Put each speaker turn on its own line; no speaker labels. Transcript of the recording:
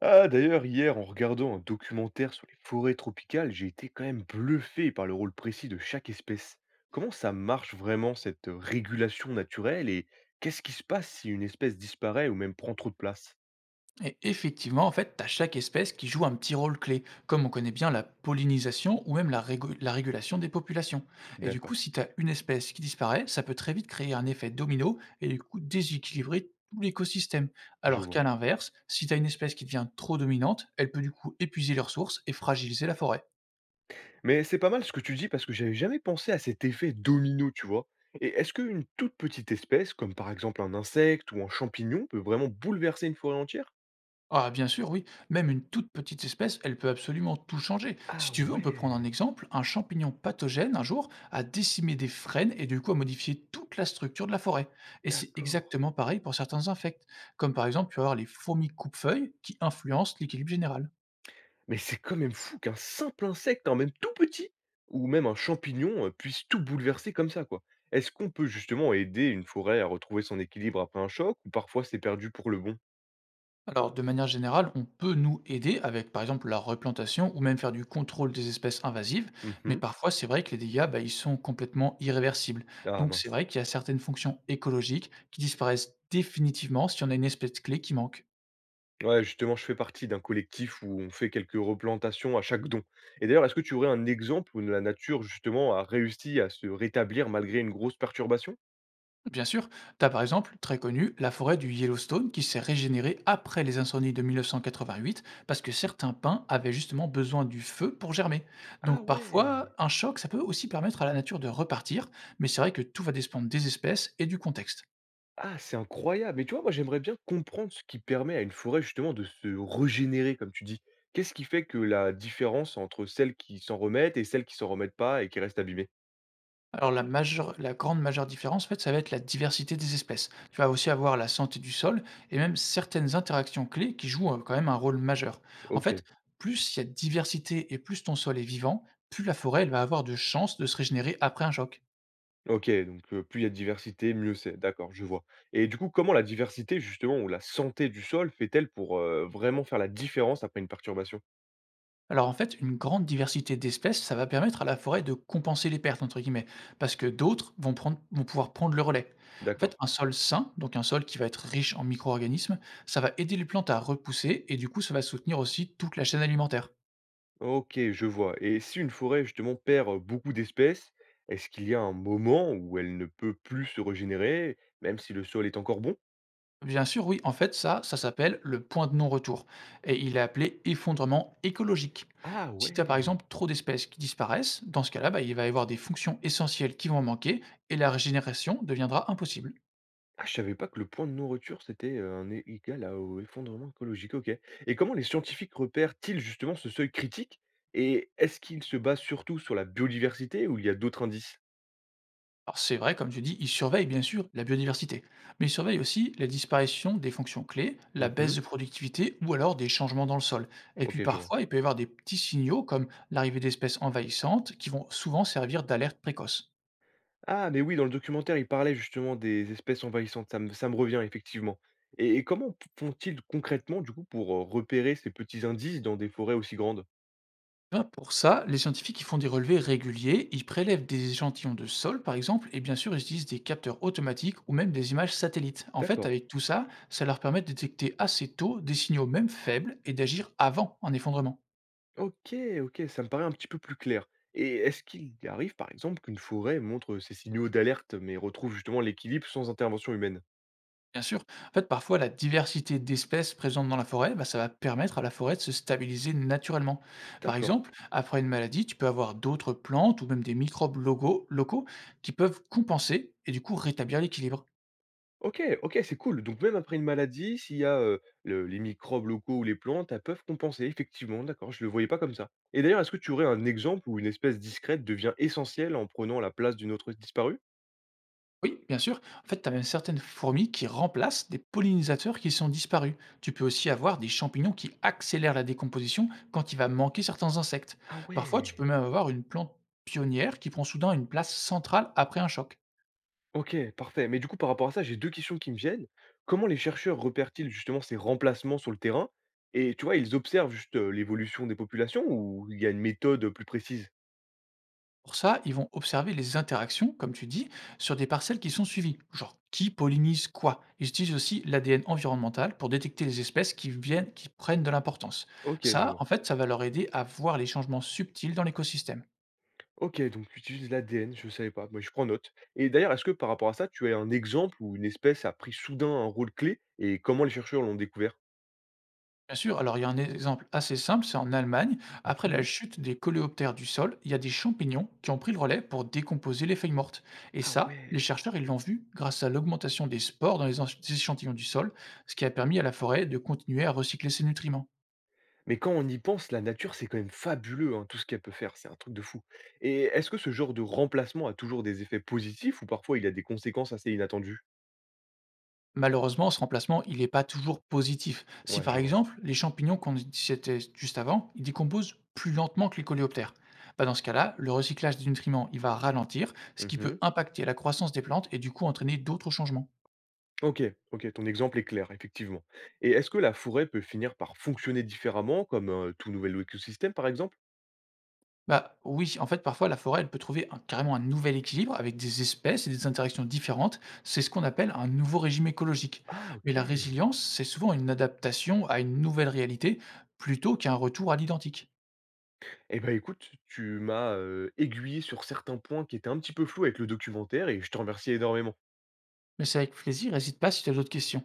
Ah, d'ailleurs, hier, en regardant un documentaire sur les forêts tropicales, j'ai été quand même bluffé par le rôle précis de chaque espèce. Comment ça marche vraiment cette régulation naturelle et qu'est-ce qui se passe si une espèce disparaît ou même prend trop de place.
Et effectivement, en fait, tu as chaque espèce qui joue un petit rôle clé, comme on connaît bien la pollinisation ou même la régulation des populations. Et du coup,
D'accord,
si tu as une espèce qui disparaît, ça peut très vite créer un effet domino et du coup déséquilibrer tout l'écosystème.
je
Alors
vois.
qu'à l'inverse, si tu as une espèce qui devient trop dominante, elle peut du coup épuiser les ressources et fragiliser la forêt.
Mais c'est pas mal ce que tu dis parce que j'avais jamais pensé à cet effet domino, tu vois. Et est-ce qu'une toute petite espèce, comme par exemple un insecte ou un champignon, peut vraiment bouleverser une forêt entière?
Ah bien sûr, oui. Même une toute petite espèce, elle peut absolument tout changer. Si
Ah
tu veux, on peut prendre un
ouais,
exemple. Un champignon pathogène, un jour, a décimé des frênes et du coup a modifié toute la structure de la forêt. Et c'est
d'accord.
exactement pareil pour certains insectes, comme par exemple, tu vas avoir les fourmis coupe-feuilles qui influencent l'équilibre général.
Mais c'est quand même fou qu'un simple insecte, hein, même tout petit, ou même un champignon, puisse tout bouleverser comme ça, quoi. Est-ce qu'on peut justement aider une forêt à retrouver son équilibre après un choc ou parfois c'est perdu pour le bon?
Alors, de manière générale, on peut nous aider avec, par exemple, la replantation ou même faire du contrôle des espèces invasives, mais
Mmh.
parfois, c'est vrai que les dégâts, bah, ils sont complètement irréversibles.
Ah
Donc, c'est
mince.
vrai qu'il y a certaines fonctions écologiques qui disparaissent définitivement si on a une espèce clé qui manque.
Ouais, justement, je fais partie d'un collectif où on fait quelques replantations à chaque don. Et d'ailleurs, est-ce que tu aurais un exemple où la nature justement a réussi à se rétablir malgré une grosse perturbation?
Bien sûr, t'as par exemple, très connu, la forêt du Yellowstone qui s'est régénérée après les incendies de 1988 parce que certains pins avaient justement besoin du feu pour germer.
Ah
Donc
ouais!
parfois, un choc, ça peut aussi permettre à la nature de repartir, mais c'est vrai que tout va dépendre des espèces et du contexte.
Ah, c'est incroyable! Mais tu vois, moi, j'aimerais bien comprendre ce qui permet à une forêt, justement, de se régénérer, comme tu dis. Qu'est-ce qui fait que la différence entre celles qui s'en remettent et celles qui s'en remettent pas et qui restent abîmées?
Alors la grande majeure différence, en fait, ça va être la diversité des espèces. Tu vas aussi avoir la santé du sol et même certaines interactions clés qui jouent, quand même un rôle majeur. En
OK,
fait, plus il y a de diversité et plus ton sol est vivant, plus la forêt, elle va avoir de chances de se régénérer après un choc.
OK, donc plus il y a de diversité, mieux c'est. D'accord, je vois. Et du coup, comment la diversité, justement, ou la santé du sol fait-elle pour, vraiment faire la différence après une perturbation?
Alors en fait, une grande diversité d'espèces, ça va permettre à la forêt de «compenser les pertes» entre guillemets, parce que d'autres vont pouvoir prendre le relais. En fait,
D'accord.
un sol sain, donc un sol qui va être riche en micro-organismes, ça va aider les plantes à repousser et du coup, ça va soutenir aussi toute la chaîne alimentaire.
OK, je vois. Et si une forêt, justement, perd, beaucoup d'espèces, est-ce qu'il y a un moment où elle ne peut plus se régénérer, même si le sol est encore bon?
Bien sûr, oui. En fait, ça s'appelle le point de non-retour. Et il est appelé effondrement écologique.
Ah
Si tu as par
ouais!
exemple trop d'espèces qui disparaissent, dans ce cas-là, bah, il va y avoir des fonctions essentielles qui vont manquer et la régénération deviendra impossible.
Ah, je savais pas que le point de nourriture, c'était, un é égal à au effondrement écologique, OK. Et comment les scientifiques repèrent-ils justement ce seuil critique? Et est-ce qu'ils se basent surtout sur la biodiversité ou il y a d'autres indices?
Alors c'est vrai, comme tu dis, il surveille bien sûr la biodiversité, mais il surveille aussi la disparition des fonctions clés, la baisse
Mmh.
de productivité ou alors des changements dans le sol. Et puis
OK, je vois.
parfois, il peut y avoir des petits signaux comme l'arrivée d'espèces envahissantes qui vont souvent servir d'alerte précoce.
Ah, mais oui, dans le documentaire, il parlait justement des espèces envahissantes, ça me revient effectivement. Et comment p font-ils concrètement, du coup, pour, repérer ces petits indices dans des forêts aussi grandes?
Eh ben, pour ça, les scientifiques ils font des relevés réguliers, ils prélèvent des échantillons de sol par exemple, et bien sûr ils utilisent des capteurs automatiques ou même des images satellites. En fait,
D'accord.
avec tout ça, ça leur permet de détecter assez tôt des signaux même faibles et d'agir avant un effondrement.
OK, OK, ça me paraît un petit peu plus clair. Et est-ce qu'il arrive, par exemple, qu'une forêt montre ses signaux d'alerte, mais retrouve justement l'équilibre sans intervention humaine?
Bien sûr, en fait parfois la diversité d'espèces présentes dans la forêt, bah, ça va permettre à la forêt de se stabiliser naturellement. Par
D'accord.
exemple, après une maladie, tu peux avoir d'autres plantes ou même des microbes locaux qui peuvent compenser et du coup rétablir l'équilibre.
OK, OK, c'est cool. Donc même après une maladie, s'il y a les microbes locaux ou les plantes, elles peuvent compenser, effectivement, d'accord, je le voyais pas comme ça. Et d'ailleurs, est-ce que tu aurais un exemple où une espèce discrète devient essentielle en prenant la place d'une autre disparue?
Oui, bien sûr. En fait, tu as même certaines fourmis qui remplacent des pollinisateurs qui sont disparus. Tu peux aussi avoir des champignons qui accélèrent la décomposition quand il va manquer certains insectes.
Ah
Parfois, tu peux
ouais.
même avoir une plante pionnière qui prend soudain une place centrale après un choc.
OK, parfait. Mais du coup, par rapport à ça, j'ai 2 questions qui me viennent. Comment les chercheurs repèrent-ils justement ces remplacements sur le terrain? Et tu vois, ils observent juste, l'évolution des populations ou il y a une méthode, plus précise?
Pour ça, ils vont observer les interactions, comme tu dis, sur des parcelles qui sont suivies. Genre, qui pollinise quoi. Ils utilisent aussi l'ADN environnemental pour détecter les espèces qui viennent, qui prennent de l'importance.
OK, je
Ça,
vois.
en fait, ça va leur aider à voir les changements subtils dans l'écosystème.
OK, donc tu utilises l'ADN, je ne savais pas, mais je prends note. Et d'ailleurs, est-ce que par rapport à ça, tu as un exemple où une espèce a pris soudain un rôle clé et comment les chercheurs l'ont découvert?
Bien sûr, alors il y a un exemple assez simple, c'est en Allemagne. Après la
Mmh.
chute des coléoptères du sol, il y a des champignons qui ont pris le relais pour décomposer les feuilles mortes. Et
Ah
ça,
ouais!
les chercheurs, ils l'ont vu grâce à l'augmentation des spores dans les échantillons du sol, ce qui a permis à la forêt de continuer à recycler ses nutriments.
Mais quand on y pense, la nature, c'est quand même fabuleux, hein, tout ce qu'elle peut faire, c'est un truc de fou. Et est-ce que ce genre de remplacement a toujours des effets positifs ou parfois il a des conséquences assez inattendues?
Malheureusement, ce remplacement, il n'est pas toujours positif. Si
Ouais,
par
je vois.
exemple, les champignons qu'on disséquait juste avant, ils décomposent plus lentement que les coléoptères. Bah, dans ce cas-là, le recyclage des nutriments, il va ralentir, ce qui
Mhm.
peut impacter la croissance des plantes et du coup entraîner d'autres changements.
Ok, ok, ton exemple est clair, effectivement. Et est-ce que la forêt peut finir par fonctionner différemment, comme un tout nouvel écosystème, par exemple?
Bah, oui, en fait, parfois, la forêt, elle peut trouver carrément un nouvel équilibre avec des espèces et des interactions différentes. C'est ce qu'on appelle un nouveau régime écologique.
Ah,
Mais
ok.
la résilience, c'est souvent une adaptation à une nouvelle réalité plutôt qu'un retour à l'identique.
Eh ben écoute, tu m'as aiguillé sur certains points qui étaient un petit peu flous avec le documentaire et je te remercie énormément.
Mais c'est avec plaisir, n'hésite pas si tu as d'autres questions.